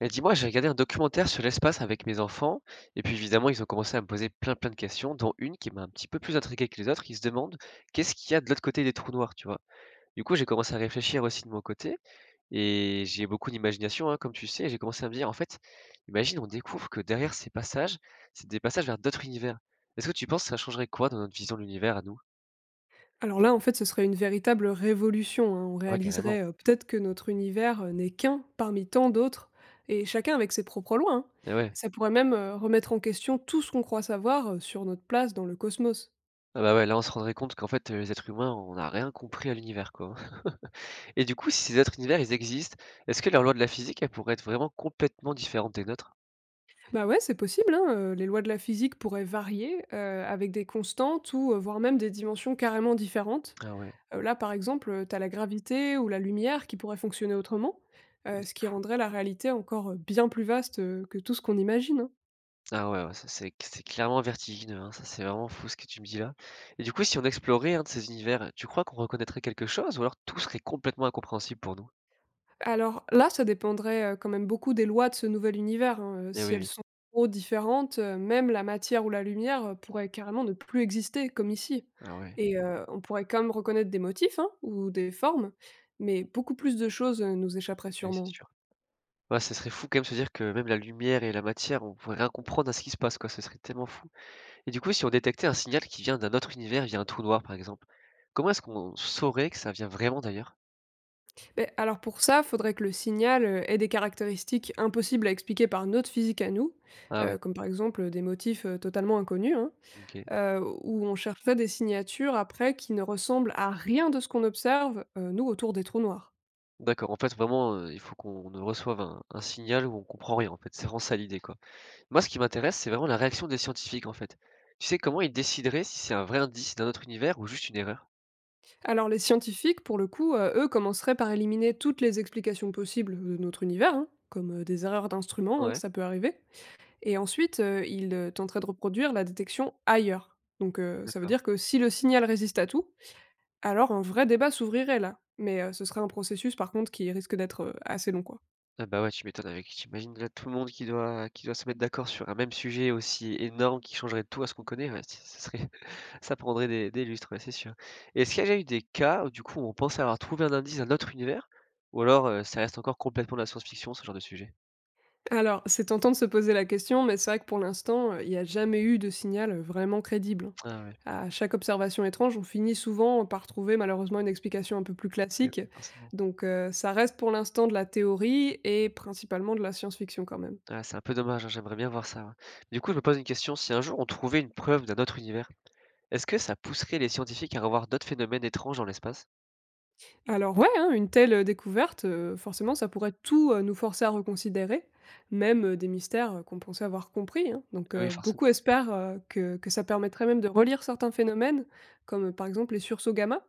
Et dis-moi, j'ai regardé un documentaire sur l'espace avec mes enfants, et puis évidemment, ils ont commencé à me poser plein de questions, dont une qui m'a un petit peu plus intrigué que les autres. Ils se demandent qu'est-ce qu'il y a de l'autre côté des trous noirs, tu vois? Du coup, j'ai commencé à réfléchir aussi de mon côté, et j'ai beaucoup d'imagination, hein, comme tu sais, et j'ai commencé à me dire, en fait, imagine, on découvre que derrière ces passages, c'est des passages vers d'autres univers. Est-ce que tu penses que ça changerait quoi dans notre vision de l'univers à nous? Alors là, en fait, ce serait une véritable révolution, hein. On Ah ouais, carrément. réaliserait, peut-être que notre univers, n'est qu'un parmi tant d'autres et chacun avec ses propres lois, hein. Ah ouais. Ça pourrait même, remettre en question tout ce qu'on croit savoir, sur notre place dans le cosmos. Ah bah ouais, là, on se rendrait compte qu'en fait, les êtres humains, on n'a rien compris à l'univers, quoi, hein. Et du coup, si ces autres univers, ils existent, est-ce que leurs lois de la physique, elles pourraient être vraiment complètement différentes des nôtres? Bah, ouais, c'est possible, hein, les lois de la physique pourraient varier, avec des constantes ou, voire même des dimensions carrément différentes. Ah ouais, Là, par exemple, tu la gravité ou la lumière qui pourraient fonctionner autrement, ah, ce c'est qui fou. rendrait la réalité encore, bien plus vaste, que tout ce qu'on imagine, hein. Ah ouais, ouais, ça c'est clairement vertigineux, hein, ça c'est vraiment fou ce que tu me dis là. Et du coup, si on explorait un de ces univers, tu crois qu'on reconnaîtrait quelque chose ou alors tout serait complètement incompréhensible pour nous? Alors là, ça dépendrait, quand même beaucoup des lois de ce nouvel univers, hein, Eh si oui, elles oui. sont trop différentes, même la matière ou la lumière, pourrait carrément ne plus exister comme ici Ah ouais, et on pourrait quand même reconnaître des motifs, hein, ou des formes, mais beaucoup plus de choses, nous échapperaient ouais, c'est sûrement. sûr. Ouais, ce serait fou quand même se dire que même la lumière et la matière, on pourrait rien comprendre à ce qui se passe, quoi, ce serait tellement fou. Et du coup, si on détectait un signal qui vient d'un autre univers via un trou noir, par exemple, comment est-ce qu'on saurait que ça vient vraiment d'ailleurs? Beh, alors pour ça, faudrait que le signal, ait des caractéristiques impossibles à expliquer par notre physique à nous, Ah ouais, comme par exemple, des motifs, totalement inconnus, hein. OK. Où on cherchait des signatures après qui ne ressemblent à rien de ce qu'on observe, nous, autour des trous noirs. D'accord, en fait, vraiment, il faut qu'on ne reçoive un signal où on comprend rien, en fait. C'est vraiment ça l'idée, quoi. Moi, ce qui m'intéresse, c'est vraiment la réaction des scientifiques, en fait. Tu sais, comment ils décideraient si c'est un vrai indice d'un autre univers ou juste une erreur? Alors les scientifiques, pour le coup, eux, commenceraient par éliminer toutes les explications possibles de notre univers, hein, comme des erreurs d'instruments, hein, Ouais, ça peut arriver et ensuite, ils tenteraient de reproduire la détection ailleurs. Donc, ça veut d'accord. dire que si le signal résiste à tout, alors un vrai débat s'ouvrirait là, mais, ce serait un processus par contre qui risque d'être, assez long, quoi. Ah bah, ouais, tu m'étonnes avec tu imagines là tout le monde qui doit se mettre d'accord sur un même sujet aussi énorme qui changerait tout à ce qu'on connaît, ouais, ce serait ça prendrait des lustres, ouais, c'est sûr. Et est-ce qu'il y a déjà eu des cas où, du coup, on pensait avoir trouvé un indice d'un autre univers? Ou alors, ça reste encore complètement de la science-fiction, ce genre de sujet? Alors, c'est tentant de se poser la question, mais c'est vrai que pour l'instant, il n'y a jamais eu de signal, vraiment crédible, hein. Ah ouais, À chaque observation étrange, on finit souvent par trouver malheureusement une explication un peu plus eh classique. oui, forcément. Donc, ça reste pour l'instant de la théorie et principalement de la science-fiction quand même. Ah, c'est un peu dommage, hein, j'aimerais bien voir ça, ouais. Du coup, je me pose une question, si un jour on trouvait une preuve d'un autre univers, est-ce que ça pousserait les scientifiques à revoir d'autres phénomènes étranges dans l'espace? Alors ouais, hein, une telle découverte, forcément ça pourrait tout, nous forcer à reconsidérer, même, des mystères, qu'on pensait avoir compris, hein. Donc, Oui, beaucoup forcément. espèrent, que ça permettrait même de relire certains phénomènes, comme, par exemple les sursauts gamma,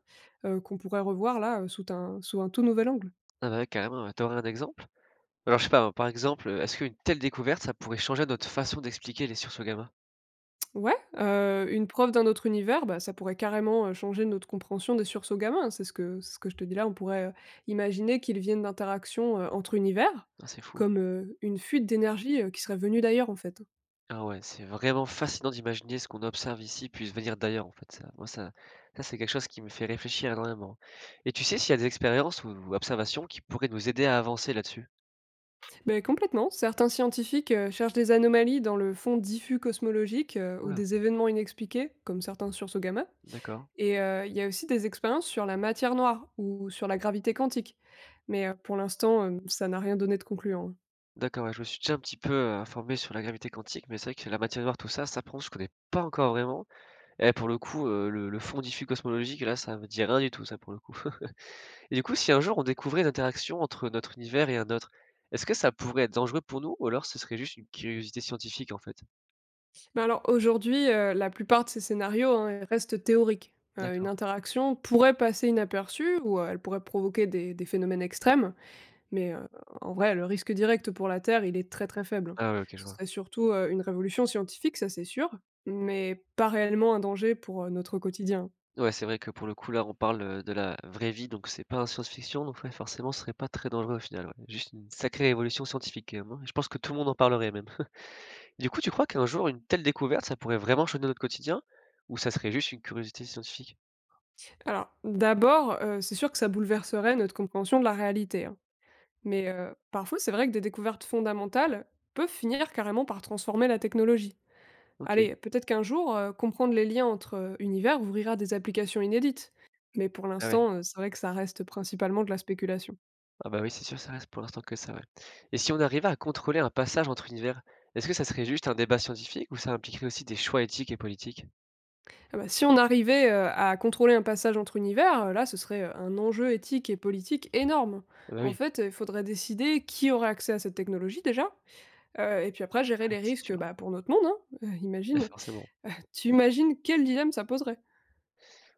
qu'on pourrait revoir là, sout un sous un tout nouvel angle. Ah bah, ouais, carrément, ouais. Tu un exemple? Alors, je sais pas, hein, par exemple, est-ce qu'une telle découverte, ça pourrait changer notre façon d'expliquer les sources gamma? Ouais, une preuve d'un autre univers, bah, ça pourrait carrément, changer notre compréhension des sursauts gamma, hein. C'est ce que je te dis là. On pourrait, imaginer qu'ils viennent d'interactions, entre univers, Ah, c'est fou. comme, une fuite d'énergie, qui serait venue d'ailleurs, en fait, hein. Ah ouais, c'est vraiment fascinant d'imaginer ce qu'on observe ici puisse venir d'ailleurs, en fait, ça. Moi, ça, c'est quelque chose qui me fait réfléchir énormément. Et tu sais s'il y a des expériences ou observations qui pourraient nous aider à avancer là-dessus? Ben complètement. Certains scientifiques cherchent des anomalies dans le fond diffus cosmologique ou Ouh des événements inexpliqués, comme certains sursauts gamma. d'accord. Et il y a aussi des expériences sur la matière noire ou sur la gravité quantique. Mais pour l'instant, ça n'a rien donné de concluant, hein. D'accord, ouais, je me suis déjà un petit peu, informé sur la gravité quantique, mais c'est vrai que la matière noire, tout ça, ça par contre, je connais pas encore vraiment et pour le coup, le fond diffus cosmologique, là, ça me dit rien du tout, ça, pour le coup et du coup, si un jour on découvrait une interaction entre notre univers et un autre, est-ce que ça pourrait être dangereux pour nous ou alors ce serait juste une curiosité scientifique, en fait? Ben alors aujourd'hui, la plupart de ces scénarios, restent théoriques. Une D'accord. interaction pourrait passer inaperçue ou elle pourrait provoquer des phénomènes extrêmes. Mais, en vrai, le risque direct pour la Terre, il est très, très faible. Ah ouais, OK, je Ce vois. serait surtout, une révolution scientifique, ça c'est sûr, mais pas réellement un danger pour, notre quotidien. Ouais, c'est vrai que pour le coup, là, on parle, de la vraie vie, donc c'est pas un science-fiction, donc ouais, forcément, ce serait pas très dangereux au final, ouais. Juste une sacrée évolution scientifique quand même, hein? Je pense que tout le monde en parlerait même. Du coup, tu crois qu'un jour, une telle découverte, ça pourrait vraiment changer notre quotidien? Ou ça serait juste une curiosité scientifique? Alors, d'abord, c'est sûr que ça bouleverserait notre compréhension de la réalité, hein. Mais, parfois, c'est vrai que des découvertes fondamentales peuvent finir carrément par transformer la technologie. OK. Allez, peut-être qu'un jour, comprendre les liens entre, univers ouvrira des applications inédites. Mais pour Ah ouais. l'instant, c'est vrai que ça reste principalement de la spéculation. Ah bah oui, c'est sûr, ça reste pour l'instant que ça, ouais. Et si on arrivait à contrôler un passage entre univers, est-ce que ça serait juste un débat scientifique ou ça impliquerait aussi des choix éthiques et politiques? Ah bah, si on arrivait, à contrôler un passage entre univers, là, ce serait, un enjeu éthique et politique énorme. Ah bah En oui, fait, il faudrait décider qui aurait accès à cette technologie déjà, et puis après gérer ah, les c'est risques, sûr. bah, pour notre monde, hein, Là, imagine, forcément. Tu imagines quel dilemme ça poserait?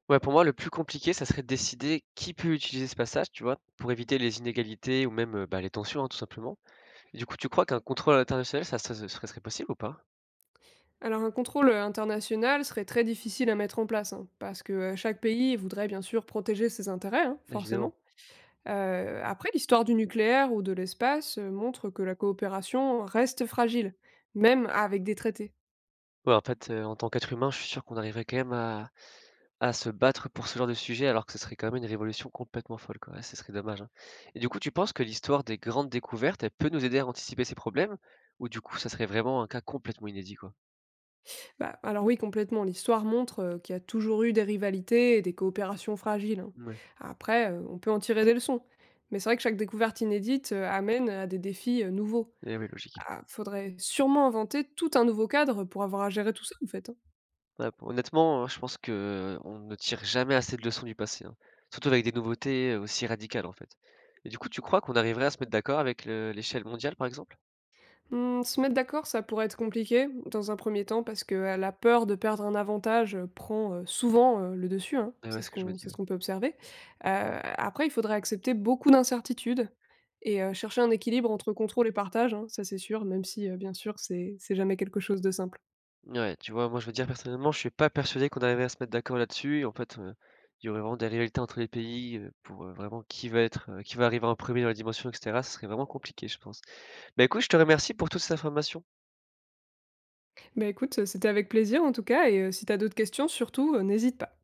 Ouais, pour moi, le plus compliqué, ça serait de décider qui peut utiliser ce passage, tu vois, pour éviter les inégalités ou même, bah, les tensions, hein, tout simplement. Et du coup, tu crois qu'un contrôle international, ça ce serait possible ou pas? Alors un contrôle, international serait très difficile à mettre en place, hein, parce que, chaque pays voudrait bien sûr protéger ses intérêts, hein, Évidemment. forcément. Après l'histoire du nucléaire ou de l'espace, montre que la coopération reste fragile, même avec des traités. Ouais, en fait, en tant qu'être humain, je suis sûr qu'on arriverait quand même à se battre pour ce genre de sujet, alors que ce serait quand même une révolution complètement folle, quoi. Ouais, ce serait dommage, hein. Et du coup, tu penses que l'histoire des grandes découvertes, elle peut nous aider à anticiper ces problèmes? Ou du coup, ça serait vraiment un cas complètement inédit, quoi? Bah, alors oui, complètement. L'histoire montre qu'il y a toujours eu des rivalités et des coopérations fragiles, hein. Mouais. Après, on peut en tirer des leçons. Mais c'est vrai que chaque découverte inédite, amène à des défis nouveaux. Eh oui, logique. Ah, faudrait sûrement inventer tout un nouveau cadre pour avoir à gérer tout ça, en fait, hein. Ouais, p honnêtement, je pense que on ne tire jamais assez de leçons du passé, hein. Surtout avec des nouveautés, aussi radicales, en fait. Et du coup, tu crois qu'on arriverait à se mettre d'accord avec le l'échelle mondiale, par exemple? Mmh, se mettre d'accord, ça pourrait être compliqué dans un premier temps parce que, la peur de perdre un avantage, prend, souvent, le dessus, hein. Ouais, ouais, C'est c'est ce ce que je me qu'on dis, c'est ce ouais. qu'on peut observer. Heu, Après il faudrait accepter beaucoup d'incertitudes et chercher un équilibre entre contrôle et partage, hein, ça c'est sûr, même si, bien sûr c'est jamais quelque chose de simple. Ouais, tu vois, moi, je veux dire, personnellement, je suis pas persuadé qu'on arriverait à se mettre d'accord là-dessus et en fait, il y aurait vraiment des rivalités entre les pays, pour, vraiment qui va être, qui va arriver en premier dans la dimension et cetera, ce serait vraiment compliqué, je pense. Bah, écoute, je te remercie pour toutes ces informations. Bah, écoute, c'était avec plaisir en tout cas et si t'as d'autres questions surtout, n'hésite pas.